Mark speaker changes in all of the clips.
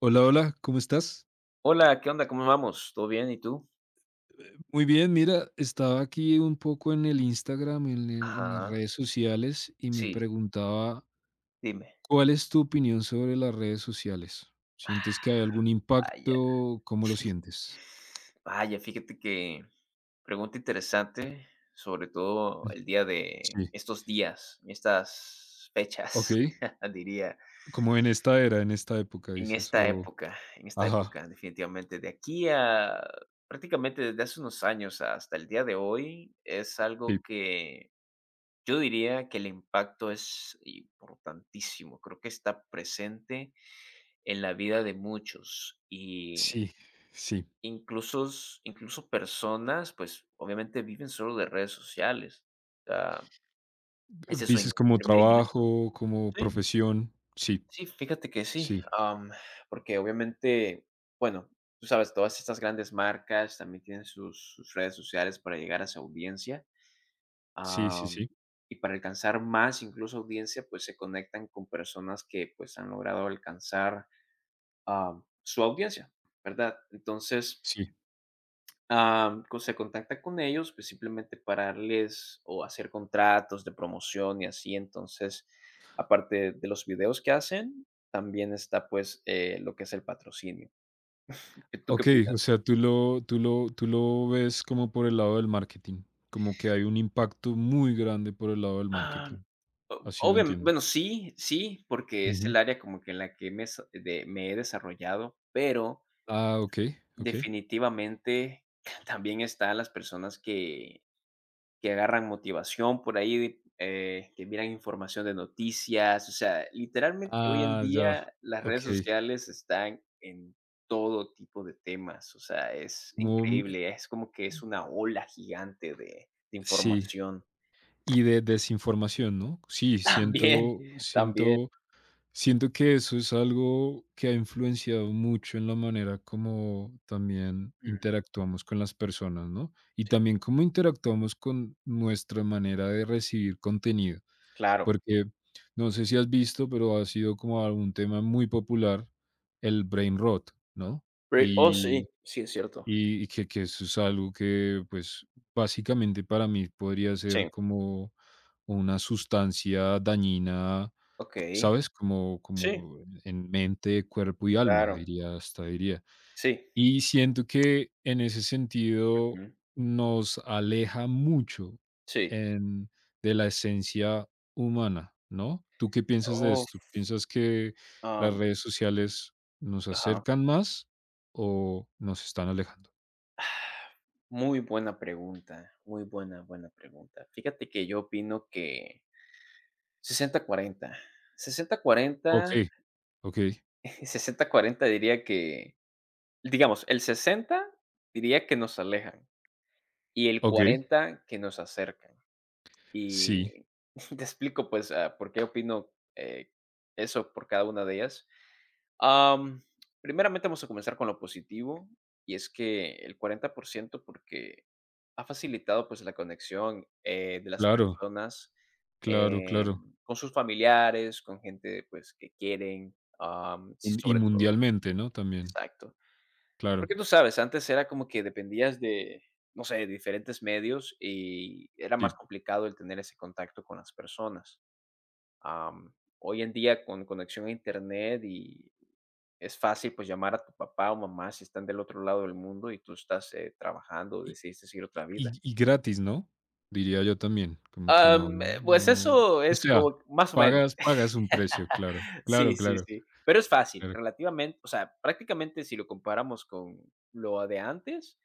Speaker 1: Hola, hola, ¿cómo estás?
Speaker 2: Hola, ¿qué onda? ¿Cómo vamos? ¿Todo bien? ¿Y tú?
Speaker 1: Muy bien, mira, estaba aquí un poco en el Instagram, en las
Speaker 2: Ajá,
Speaker 1: redes sociales, y me
Speaker 2: sí,
Speaker 1: preguntaba,
Speaker 2: dime.
Speaker 1: ¿cuál es tu opinión sobre las redes sociales? ¿Sientes que hay algún
Speaker 2: Vaya.
Speaker 1: impacto? ¿Cómo lo sientes?
Speaker 2: Vaya, fíjate que pregunta interesante, sobre todo
Speaker 1: Mm.
Speaker 2: el día de
Speaker 1: Sí.
Speaker 2: estos días, estas
Speaker 1: Ok.
Speaker 2: fechas, diría,
Speaker 1: Como en esta era, en esta época,
Speaker 2: en
Speaker 1: dices,
Speaker 2: esta
Speaker 1: o.
Speaker 2: época, en esta
Speaker 1: Ajá.
Speaker 2: época, definitivamente. De aquí a Prácticamente desde hace unos años hasta el día de hoy, es
Speaker 1: Sí.
Speaker 2: algo que yo diría que el impacto es importantísimo. Creo que está presente en la vida de muchos y
Speaker 1: Sí, sí.
Speaker 2: incluso incluso personas, pues, obviamente viven solo de redes sociales. O sea, ese es su in
Speaker 1: Dices como
Speaker 2: primer ingreso.
Speaker 1: trabajo, como
Speaker 2: Sí,
Speaker 1: profesión. Sí,
Speaker 2: sí, fíjate que sí,
Speaker 1: sí,
Speaker 2: porque obviamente, bueno, tú sabes, todas estas grandes marcas también tienen sus redes sociales para llegar a su audiencia,
Speaker 1: sí, sí,
Speaker 2: am,
Speaker 1: sí,
Speaker 2: y para alcanzar más, incluso audiencia, pues, se conectan con personas que, pues, han logrado alcanzar, su audiencia, ¿verdad? Entonces
Speaker 1: sí.
Speaker 2: Am, co se contacta con ellos, pues, simplemente para darles o hacer contratos de promoción y así. Entonces, aparte de los videos que hacen, también está, pues, lo que es el patrocinio. ¿Tú qué
Speaker 1: Okey, o
Speaker 2: opinas?
Speaker 1: sea, tú lo ves como por el lado del marketing, como que hay un impacto muy grande por el lado del
Speaker 2: Ah,
Speaker 1: marketing,
Speaker 2: o
Speaker 1: así lo
Speaker 2: obviam
Speaker 1: entiendo.
Speaker 2: bueno, sí, sí, porque es
Speaker 1: Ujú.
Speaker 2: el área como que en la que me sa de me he desarrollado, pero
Speaker 1: Ah, okey, okey.
Speaker 2: definitivamente también están las personas que agarran motivación por ahí, que miran información de noticias, o sea, literalmente hoy en
Speaker 1: Ah, ya,
Speaker 2: día las redes
Speaker 1: okey.
Speaker 2: sociales están en todo tipo de temas, o sea, es
Speaker 1: Como,
Speaker 2: increíble, es como que es una ola gigante de
Speaker 1: sí.
Speaker 2: información.
Speaker 1: Y de desinformación, ¿no? Sí,
Speaker 2: También, también.
Speaker 1: siento siento que eso es algo que ha influenciado mucho en la manera como también
Speaker 2: Mm,
Speaker 1: interactuamos con las personas, ¿no? Y
Speaker 2: sí,
Speaker 1: también cómo
Speaker 2: mm,
Speaker 1: interactuamos con nuestra manera de recibir contenido,
Speaker 2: claro.
Speaker 1: porque no sé si has visto, pero ha sido como algún tema muy popular el brain rot, ¿no?
Speaker 2: Oh, sí,
Speaker 1: Y
Speaker 2: sí, es cierto.
Speaker 1: y que eso es algo que, pues, básicamente para mí podría
Speaker 2: Sí,
Speaker 1: ser como una sustancia dañina,
Speaker 2: ok.
Speaker 1: ¿sabes? Como,
Speaker 2: Sí,
Speaker 1: como en mente, cuerpo y alma,
Speaker 2: claro,
Speaker 1: diría, hasta diría.
Speaker 2: sí.
Speaker 1: Y siento que en ese sentido
Speaker 2: Ujú,
Speaker 1: nos aleja mucho
Speaker 2: sí.
Speaker 1: en- de la esencia humana, ¿no? ¿Tú qué piensas de
Speaker 2: Oh,
Speaker 1: esto? ¿Piensas que las
Speaker 2: um,
Speaker 1: redes sociales nos
Speaker 2: ajá.
Speaker 1: acercan más o nos están alejando?
Speaker 2: Muy buena pregunta, muy buena, buena pregunta. Fíjate que yo opino que 60-40, 60-40,
Speaker 1: Okey, okey,
Speaker 2: 60-40 diría que, digamos, el 60 diría que nos alejan y el
Speaker 1: okey.
Speaker 2: 40 que nos acercan.
Speaker 1: Sí,
Speaker 2: Y te explico pues por qué opino eso por cada una de ellas. Am, Primeramente vamos a comenzar con lo positivo, y es que el 40% porque ha facilitado, pues, la conexión, de las
Speaker 1: claro,
Speaker 2: personas,
Speaker 1: claro, claro.
Speaker 2: con sus familiares, con gente, pues, que quieren, sí,
Speaker 1: Un Y
Speaker 2: sobre todo
Speaker 1: mundialmente, ¿no? También,
Speaker 2: exacto.
Speaker 1: claro.
Speaker 2: Porque tú sabes, antes era como que dependías de, no sé, de diferentes medios, y era más
Speaker 1: Sí.
Speaker 2: complicado el tener ese contacto con las personas. Hoy en día con conexión a internet y es fácil, pues, llamar a tu papá o mamá si están del otro lado del mundo y tú estás, trabajando,
Speaker 1: Y
Speaker 2: decidiste seguir
Speaker 1: y
Speaker 2: otra vida.
Speaker 1: y y gratis, ¿no? Diría yo también, como que no
Speaker 2: Pues,
Speaker 1: no
Speaker 2: eso
Speaker 1: o
Speaker 2: es
Speaker 1: sea,
Speaker 2: como más o menos.
Speaker 1: pagas un precio, claro. Claro,
Speaker 2: Sí, sí,
Speaker 1: claro,
Speaker 2: sí, pero es fácil,
Speaker 1: claro,
Speaker 2: relativamente, o sea, prácticamente si lo comparamos con lo de antes,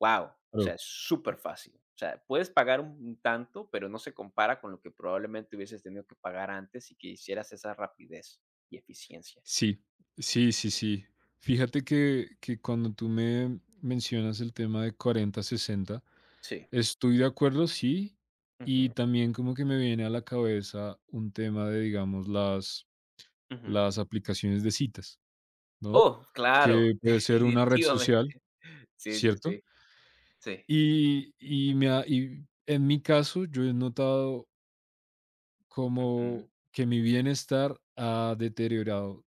Speaker 2: wow, o sea,
Speaker 1: claro.
Speaker 2: es súper fácil. O sea, puedes pagar un tanto, pero no se compara con lo que probablemente hubieses tenido que pagar antes y que hicieras esa rapidez y eficiencia.
Speaker 1: Sí, sí, sí, sí. Fíjate que cuando tú me mencionas el tema de 40, 60.
Speaker 2: Sí.
Speaker 1: Estoy de acuerdo, sí.
Speaker 2: Ujú,
Speaker 1: Y también como que me viene a la cabeza un tema de, digamos, las,
Speaker 2: ujú.
Speaker 1: las aplicaciones de citas, ¿no?
Speaker 2: Oh, claro,
Speaker 1: Que puede ser una red
Speaker 2: definitivamente.
Speaker 1: social,
Speaker 2: Sí, sí, sí,
Speaker 1: ¿cierto?
Speaker 2: sí.
Speaker 1: Y en mi caso, yo he notado
Speaker 2: Ujú.
Speaker 1: como que mi bienestar ha deteriorado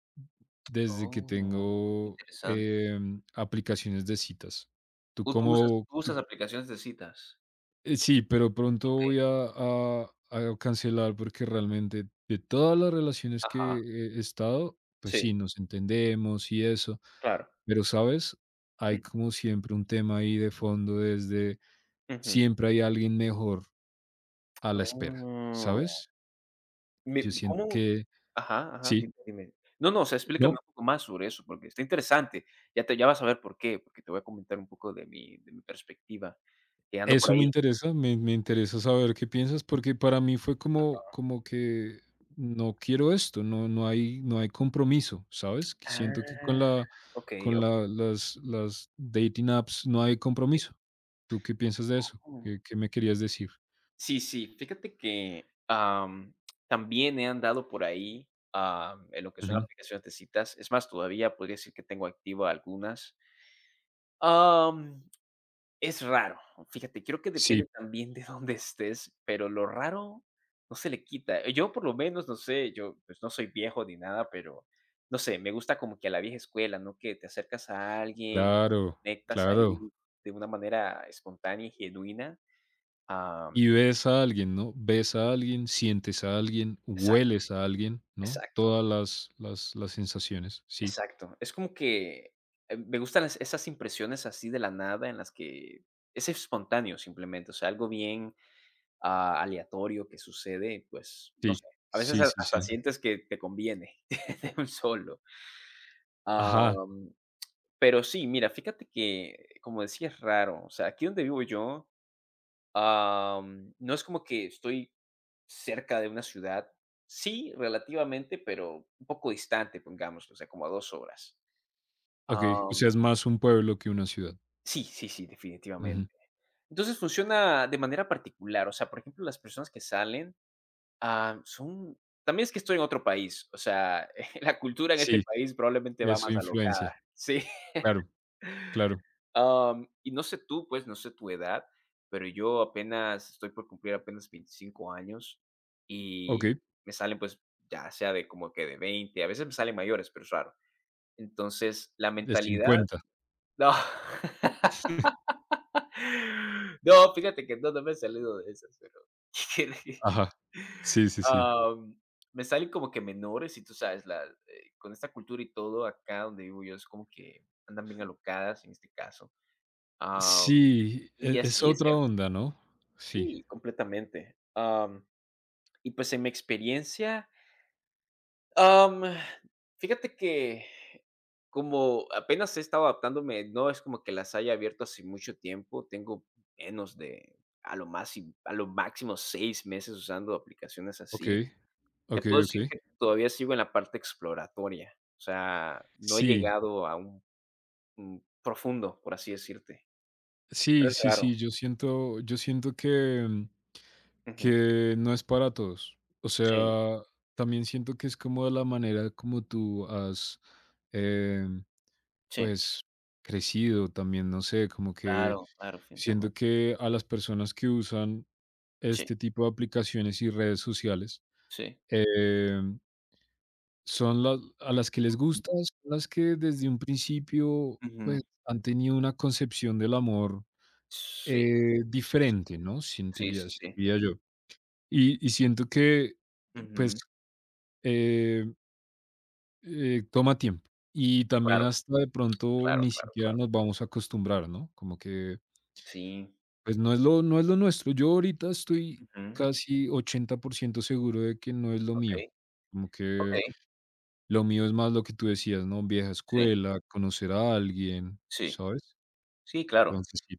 Speaker 1: desde que
Speaker 2: Oh,
Speaker 1: tengo
Speaker 2: interesante.
Speaker 1: aplicaciones de citas. ¿Tú
Speaker 2: ¿Tú tú usas
Speaker 1: cómo,
Speaker 2: tú usas
Speaker 1: tú?
Speaker 2: aplicaciones de citas?
Speaker 1: Sí, pero pronto
Speaker 2: Okey,
Speaker 1: voy a cancelar, porque realmente de todas las relaciones que
Speaker 2: ajá,
Speaker 1: he estado, pues
Speaker 2: sí,
Speaker 1: sí, nos entendemos y eso,
Speaker 2: claro.
Speaker 1: pero, ¿sabes? Hay
Speaker 2: Mm,
Speaker 1: como siempre un tema ahí de fondo desde
Speaker 2: ujú.
Speaker 1: siempre hay alguien mejor a la espera,
Speaker 2: Oh,
Speaker 1: ¿sabes? Yo
Speaker 2: me
Speaker 1: siento
Speaker 2: ¿cómo?
Speaker 1: que
Speaker 2: Ajá, ajá,
Speaker 1: sí,
Speaker 2: dime, dime. No, no, o sea, explícame
Speaker 1: ¿no?
Speaker 2: un poco más sobre eso, porque está interesante. Ya vas a ver por qué, porque te voy a comentar un poco de mi perspectiva, que ando por
Speaker 1: Eso me
Speaker 2: ahí.
Speaker 1: interesa, me interesa saber qué piensas, porque para mí fue como que no quiero esto, no hay compromiso, ¿sabes? Que siento que
Speaker 2: Ah, okey,
Speaker 1: con
Speaker 2: okey,
Speaker 1: la las dating apps no hay compromiso. ¿Tú qué piensas de eso?
Speaker 2: sí.
Speaker 1: ¿Qué me querías decir?
Speaker 2: Sí, sí, fíjate que, también he andado por ahí, en lo que son
Speaker 1: Ujú.
Speaker 2: aplicaciones de citas. Es más, todavía podría decir que tengo activa algunas. Am, es raro, fíjate, creo que
Speaker 1: Sí,
Speaker 2: depende también de dónde estés, pero lo raro no se le quita. Yo, por lo menos, no sé, yo, pues, no soy viejo ni nada, pero, no sé, me gusta como que a la vieja escuela, ¿no? Que te acercas a alguien,
Speaker 1: claro,
Speaker 2: conectas
Speaker 1: claro.
Speaker 2: ahí de una manera espontánea y genuina. Am,
Speaker 1: Y ves a alguien, ¿no? Ves a alguien, sientes a alguien,
Speaker 2: exacto,
Speaker 1: hueles a alguien, ¿no?
Speaker 2: exacto.
Speaker 1: Todas las sensaciones. Sí,
Speaker 2: Exacto. Es como que, me gustan las esas impresiones así de la nada en las que es espontáneo simplemente, o sea, algo bien, aleatorio que sucede, pues, no
Speaker 1: sí,
Speaker 2: sé, a veces
Speaker 1: sí,
Speaker 2: ha
Speaker 1: sí,
Speaker 2: hasta
Speaker 1: sí.
Speaker 2: sientes que te conviene de un solo.
Speaker 1: Ajá.
Speaker 2: Am, pero sí, mira, fíjate que, como decía, es raro, o sea, aquí donde vivo yo, no es como que estoy cerca de una ciudad. Sí, relativamente, pero un poco distante, pongámoslo, o sea, como a 2 horas.
Speaker 1: Okey, o sea, es más un pueblo que una ciudad.
Speaker 2: Sí, sí, sí, definitivamente.
Speaker 1: Ujú.
Speaker 2: Entonces, funciona de manera particular, o sea, por ejemplo, las personas que salen, ah, son también es que estoy en otro país, o sea, la cultura en este
Speaker 1: Sí,
Speaker 2: país probablemente va
Speaker 1: eso
Speaker 2: más alocada,
Speaker 1: influencia.
Speaker 2: sí,
Speaker 1: Claro, claro.
Speaker 2: y no sé tú, pues, no sé tu edad, pero yo apenas estoy por cumplir apenas 25 años y
Speaker 1: Okey,
Speaker 2: me salen, pues, ya sea de como que de 20, a veces me salen mayores, pero es raro. Entonces, la
Speaker 1: de
Speaker 2: mentalidad
Speaker 1: 50.
Speaker 2: no. No, fíjate que no, no me he salido de esas, pero
Speaker 1: Ajá. Sí, sí, sí.
Speaker 2: am, me salen como que menores y tú sabes, con esta cultura y todo acá donde vivo yo es como que andan bien alocadas en este caso. Am,
Speaker 1: Sí,
Speaker 2: y
Speaker 1: es
Speaker 2: así, es
Speaker 1: otra
Speaker 2: cierto.
Speaker 1: onda, ¿no? Sí.
Speaker 2: Sí, completamente. Y pues en mi experiencia, Am, fíjate que como apenas he estado adaptándome, no es como que las haya abierto hace mucho tiempo. Tengo menos de, a lo más, y- a lo máximo 6 meses usando aplicaciones así.
Speaker 1: Okey,
Speaker 2: Te puedo
Speaker 1: okey,
Speaker 2: decir
Speaker 1: okey.
Speaker 2: que todavía sigo en la parte exploratoria. O sea, no he
Speaker 1: Sí,
Speaker 2: llegado a un profundo, por así decirte. Pero
Speaker 1: sí,
Speaker 2: es
Speaker 1: sí,
Speaker 2: raro.
Speaker 1: sí, yo siento que, mm,
Speaker 2: Ujú.
Speaker 1: que no es para todos. O
Speaker 2: Sí,
Speaker 1: sea, también siento que es como de la manera como tú has, em,
Speaker 2: sí.
Speaker 1: pues, crecido también, no sé, como que
Speaker 2: Claro, claro,
Speaker 1: siendo
Speaker 2: definitivamente.
Speaker 1: que a las personas que usan
Speaker 2: Sí,
Speaker 1: este tipo de aplicaciones y redes sociales,
Speaker 2: sí.
Speaker 1: em, son las a las que les gusta, son las que desde un principio, pues,
Speaker 2: Ujú.
Speaker 1: han tenido una concepción del amor,
Speaker 2: Sí, sí,
Speaker 1: diferente, ¿no?
Speaker 2: sí,
Speaker 1: Sentiría
Speaker 2: sí, sí.
Speaker 1: sentiría yo. Y siento que, pues,
Speaker 2: Ujú.
Speaker 1: eh, toma tiempo. Y también
Speaker 2: Claro,
Speaker 1: hasta de pronto
Speaker 2: claro,
Speaker 1: ni
Speaker 2: claro,
Speaker 1: siquiera
Speaker 2: claro.
Speaker 1: nos vamos a acostumbrar, ¿no? Como que.
Speaker 2: Sí.
Speaker 1: Pues no es lo nuestro. Yo ahorita estoy
Speaker 2: Ujú.
Speaker 1: casi 80% seguro de que no es lo
Speaker 2: Okey,
Speaker 1: mío. Como que
Speaker 2: okey.
Speaker 1: lo mío es más lo que tú decías, ¿no? Vieja
Speaker 2: Sí,
Speaker 1: escuela, conocer a alguien,
Speaker 2: sí.
Speaker 1: ¿sabes?
Speaker 2: Sí, claro.
Speaker 1: Entonces sí,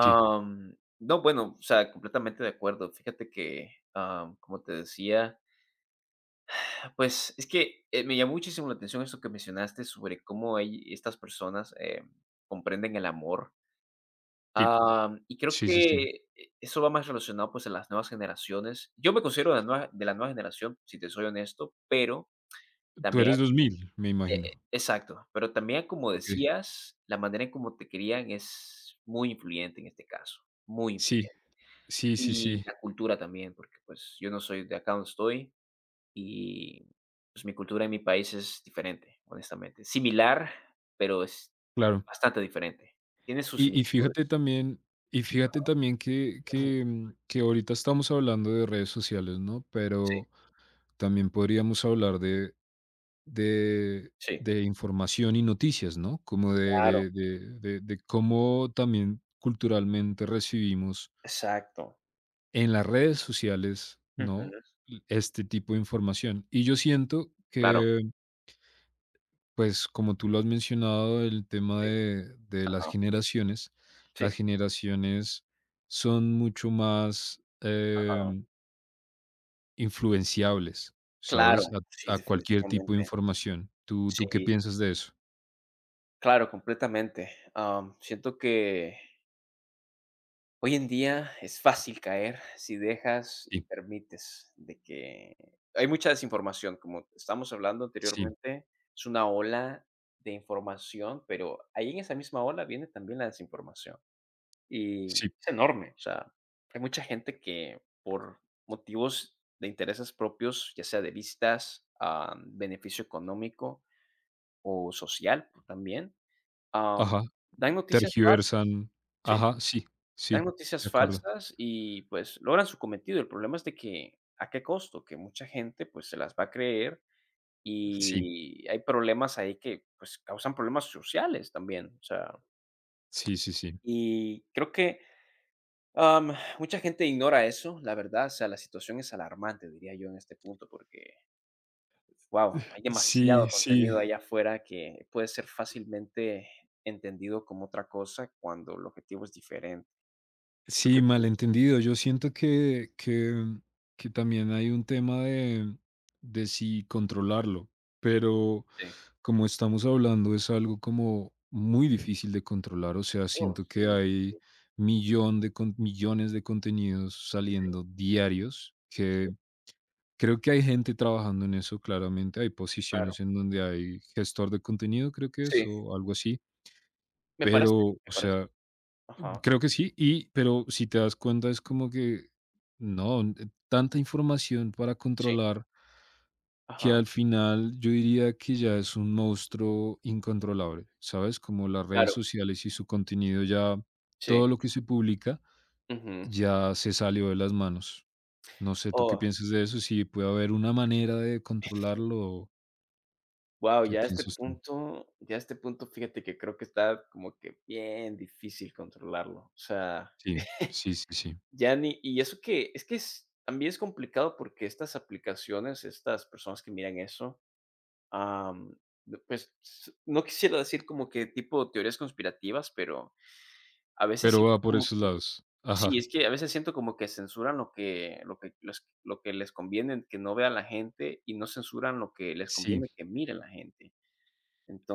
Speaker 1: sí,
Speaker 2: No, bueno, o sea, completamente de acuerdo. Fíjate que, como te decía, pues, es que, me llamó muchísimo la atención eso que mencionaste sobre cómo hay estas personas, comprenden el amor.
Speaker 1: sí,
Speaker 2: Y creo
Speaker 1: sí, sí,
Speaker 2: que
Speaker 1: sí.
Speaker 2: eso va más relacionado, pues, a las nuevas generaciones. Yo me considero de la nueva generación, si te soy honesto, pero
Speaker 1: Tú
Speaker 2: también.
Speaker 1: eres 2000, me imagino.
Speaker 2: Exacto, pero también, como
Speaker 1: Okey.
Speaker 2: decías, la manera en cómo te querían es muy influyente en este caso, muy
Speaker 1: Sí,
Speaker 2: influyente.
Speaker 1: sí, sí,
Speaker 2: Y
Speaker 1: sí,
Speaker 2: la cultura también, porque, pues, yo no soy de acá donde estoy y, pues, mi cultura en mi país es diferente, honestamente. Similar, pero es
Speaker 1: claro.
Speaker 2: bastante diferente. Tiene sus
Speaker 1: Y fíjate
Speaker 2: similitudes.
Speaker 1: también y fíjate también que
Speaker 2: Ujú.
Speaker 1: que, mm, que ahorita estamos hablando de redes sociales, ¿no?
Speaker 2: Sí,
Speaker 1: Pero también podríamos hablar de
Speaker 2: sí.
Speaker 1: de información y noticias, ¿no? Como
Speaker 2: Claro,
Speaker 1: de cómo también culturalmente recibimos
Speaker 2: exacto.
Speaker 1: en las redes sociales, ¿no?
Speaker 2: Ujú.
Speaker 1: L Este tipo de información. Y yo siento
Speaker 2: Claro.
Speaker 1: que pues, como tú lo has mencionado, el tema
Speaker 2: Sí,
Speaker 1: de
Speaker 2: ajá.
Speaker 1: las
Speaker 2: Sí,
Speaker 1: generaciones son mucho más
Speaker 2: ajá.
Speaker 1: influenciables,
Speaker 2: Claro.
Speaker 1: ¿sabes?
Speaker 2: Sí,
Speaker 1: A cualquier tipo de
Speaker 2: definitivamente.
Speaker 1: información. ¿Tú qué
Speaker 2: Sí.
Speaker 1: piensas de eso?
Speaker 2: Claro, completamente. Siento que hoy en día es fácil caer si dejas y
Speaker 1: Sí,
Speaker 2: permites de que hay mucha desinformación, como estábamos hablando
Speaker 1: sí,
Speaker 2: anteriormente, es una ola de información, pero ahí en esa misma ola viene también la desinformación. Y
Speaker 1: sí,
Speaker 2: es enorme, o sea, hay mucha gente que por motivos de intereses propios, ya sea de vistas, beneficio económico o social pues, también, Am,
Speaker 1: ajá,
Speaker 2: dan noticias falsas.
Speaker 1: tergiversan,
Speaker 2: Sí,
Speaker 1: ajá, sí,
Speaker 2: dan
Speaker 1: sí, de
Speaker 2: noticias
Speaker 1: acuerdo.
Speaker 2: falsas y, pues, logran su cometido. El problema es de que, ¿a qué costo? Que mucha gente, pues, se las va a creer
Speaker 1: Sí,
Speaker 2: y hay problemas ahí que, pues, causan problemas sociales también, o sea,
Speaker 1: sí, sí, sí.
Speaker 2: y creo que, mucha gente ignora eso, la verdad, o sea, la situación es alarmante, diría yo, en este punto, porque, guau, hay demasiado
Speaker 1: Sí, sí,
Speaker 2: contenido allá afuera que puede ser fácilmente entendido como otra cosa cuando el objetivo es diferente. ¿Tú qué
Speaker 1: sí,
Speaker 2: opinas?
Speaker 1: malentendido. Yo siento que, que también hay un tema de, si controlarlo, pero
Speaker 2: Sí.
Speaker 1: como estamos hablando es algo como muy difícil de controlar. O sea,
Speaker 2: Oh,
Speaker 1: siento que
Speaker 2: sí,
Speaker 1: hay
Speaker 2: sí,
Speaker 1: millones de contenidos
Speaker 2: sí,
Speaker 1: saliendo diarios
Speaker 2: sí,
Speaker 1: que creo que hay gente trabajando en eso, claramente. Hay
Speaker 2: claro.
Speaker 1: posiciones en donde hay gestor de contenido, creo que es,
Speaker 2: Sí,
Speaker 1: o algo así.
Speaker 2: me parece,
Speaker 1: Pero,
Speaker 2: me
Speaker 1: o
Speaker 2: parece.
Speaker 1: sea,
Speaker 2: Ajá.
Speaker 1: creo que sí, y pero si te das cuenta es como que no, tanta información para
Speaker 2: Sí,
Speaker 1: controlar que
Speaker 2: ajá,
Speaker 1: al final yo diría que ya es un monstruo incontrolable, ¿sabes? Como las redes
Speaker 2: claro,
Speaker 1: sociales y su contenido ya,
Speaker 2: sí.
Speaker 1: todo lo que se publica
Speaker 2: Ujú.
Speaker 1: ya se salió de las manos. No sé, ¿tú qué
Speaker 2: Oh,
Speaker 1: piensas de eso? Si puede haber una manera de controlarlo,
Speaker 2: wow,
Speaker 1: ¿qué
Speaker 2: ya a este
Speaker 1: piensas tú?
Speaker 2: punto ya a este punto, fíjate que creo que está como que bien difícil controlarlo. O sea,
Speaker 1: Sí, sí, sí, sí.
Speaker 2: ya ni y eso que es también es complicado porque estas aplicaciones, estas personas que miran eso, am, d pues, s no quisiera decir como que tipo teorías conspirativas, pero a veces
Speaker 1: Pero
Speaker 2: siento
Speaker 1: va por
Speaker 2: como
Speaker 1: esos
Speaker 2: que.
Speaker 1: lados.
Speaker 2: Sí,
Speaker 1: Ajá.
Speaker 2: es que a veces siento como que censuran lo que les conviene que no vea la gente, y no censuran lo que les
Speaker 1: Sí,
Speaker 2: conviene que mire la gente.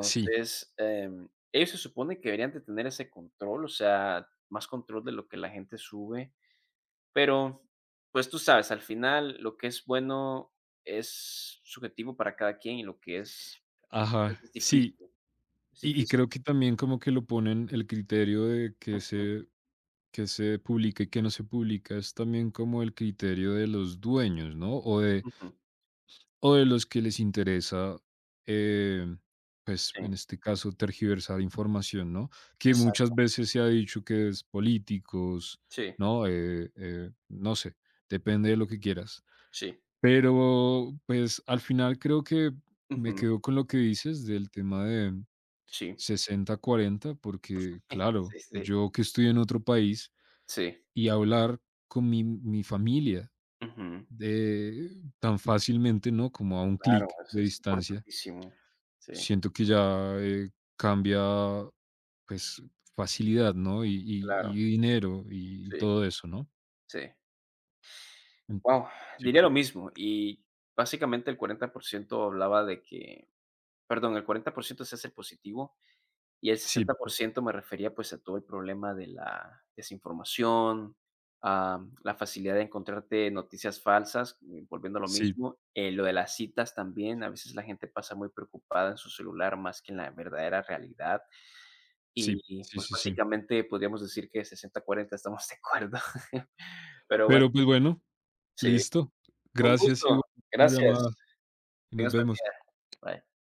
Speaker 1: sí,
Speaker 2: ellos se supone que deberían de tener ese control, o sea, más control de lo que la gente sube, pero, pues, tú sabes, al final lo que es bueno es subjetivo para cada quien, y lo que es
Speaker 1: ajá,
Speaker 2: es
Speaker 1: sí.
Speaker 2: difícil, es
Speaker 1: Y creo
Speaker 2: difícil.
Speaker 1: que también como que lo ponen el criterio de que
Speaker 2: Ujú,
Speaker 1: se que se publica y que no se publica, es también como el criterio de los dueños, ¿no? O de
Speaker 2: ujú,
Speaker 1: o de los que les interesa, eh, pues,
Speaker 2: sí,
Speaker 1: en este caso, tergiversar información, ¿no? Que muchas
Speaker 2: exacto.
Speaker 1: veces se ha dicho que es políticos,
Speaker 2: Sí,
Speaker 1: ¿no? No sé, depende de lo que quieras.
Speaker 2: sí.
Speaker 1: Pero, pues, al final creo que me
Speaker 2: Ujú,
Speaker 1: quedo con lo que dices del tema de
Speaker 2: sí.
Speaker 1: 60 40 porque claro,
Speaker 2: Sí, sí.
Speaker 1: yo que estoy en otro país
Speaker 2: Sí,
Speaker 1: y hablar con mi familia
Speaker 2: ujú.
Speaker 1: de, tan fácilmente, ¿no? Como a un
Speaker 2: Claro,
Speaker 1: clic
Speaker 2: eso
Speaker 1: de
Speaker 2: es
Speaker 1: distancia,
Speaker 2: importantísimo. Sí,
Speaker 1: siento que ya cambia, pues, facilidad, ¿no? Y, y-
Speaker 2: claro.
Speaker 1: y dinero y
Speaker 2: Sí,
Speaker 1: todo eso, ¿no?
Speaker 2: sí.
Speaker 1: En-
Speaker 2: Wow,
Speaker 1: Sí,
Speaker 2: diría lo mismo, y básicamente el 40% hablaba de que perdón, el 40% es hace positivo, y el
Speaker 1: sí,
Speaker 2: 60% me refería, pues, a todo el problema de la desinformación, la facilidad de encontrarte noticias falsas, volviendo a lo
Speaker 1: sí,
Speaker 2: mismo, lo de las citas también, a veces la gente pasa muy preocupada en su celular más que en la verdadera realidad.
Speaker 1: sí,
Speaker 2: Y,
Speaker 1: sí,
Speaker 2: pues,
Speaker 1: sí, sí.
Speaker 2: básicamente podríamos decir que 60-40 estamos de acuerdo. Pero bueno,
Speaker 1: Pero pues bueno,
Speaker 2: sí.
Speaker 1: listo.
Speaker 2: Un
Speaker 1: Gracias y
Speaker 2: gusto.
Speaker 1: una llamada
Speaker 2: Gracias.
Speaker 1: y nos
Speaker 2: Tengas buen día.
Speaker 1: vemos.
Speaker 2: Bye.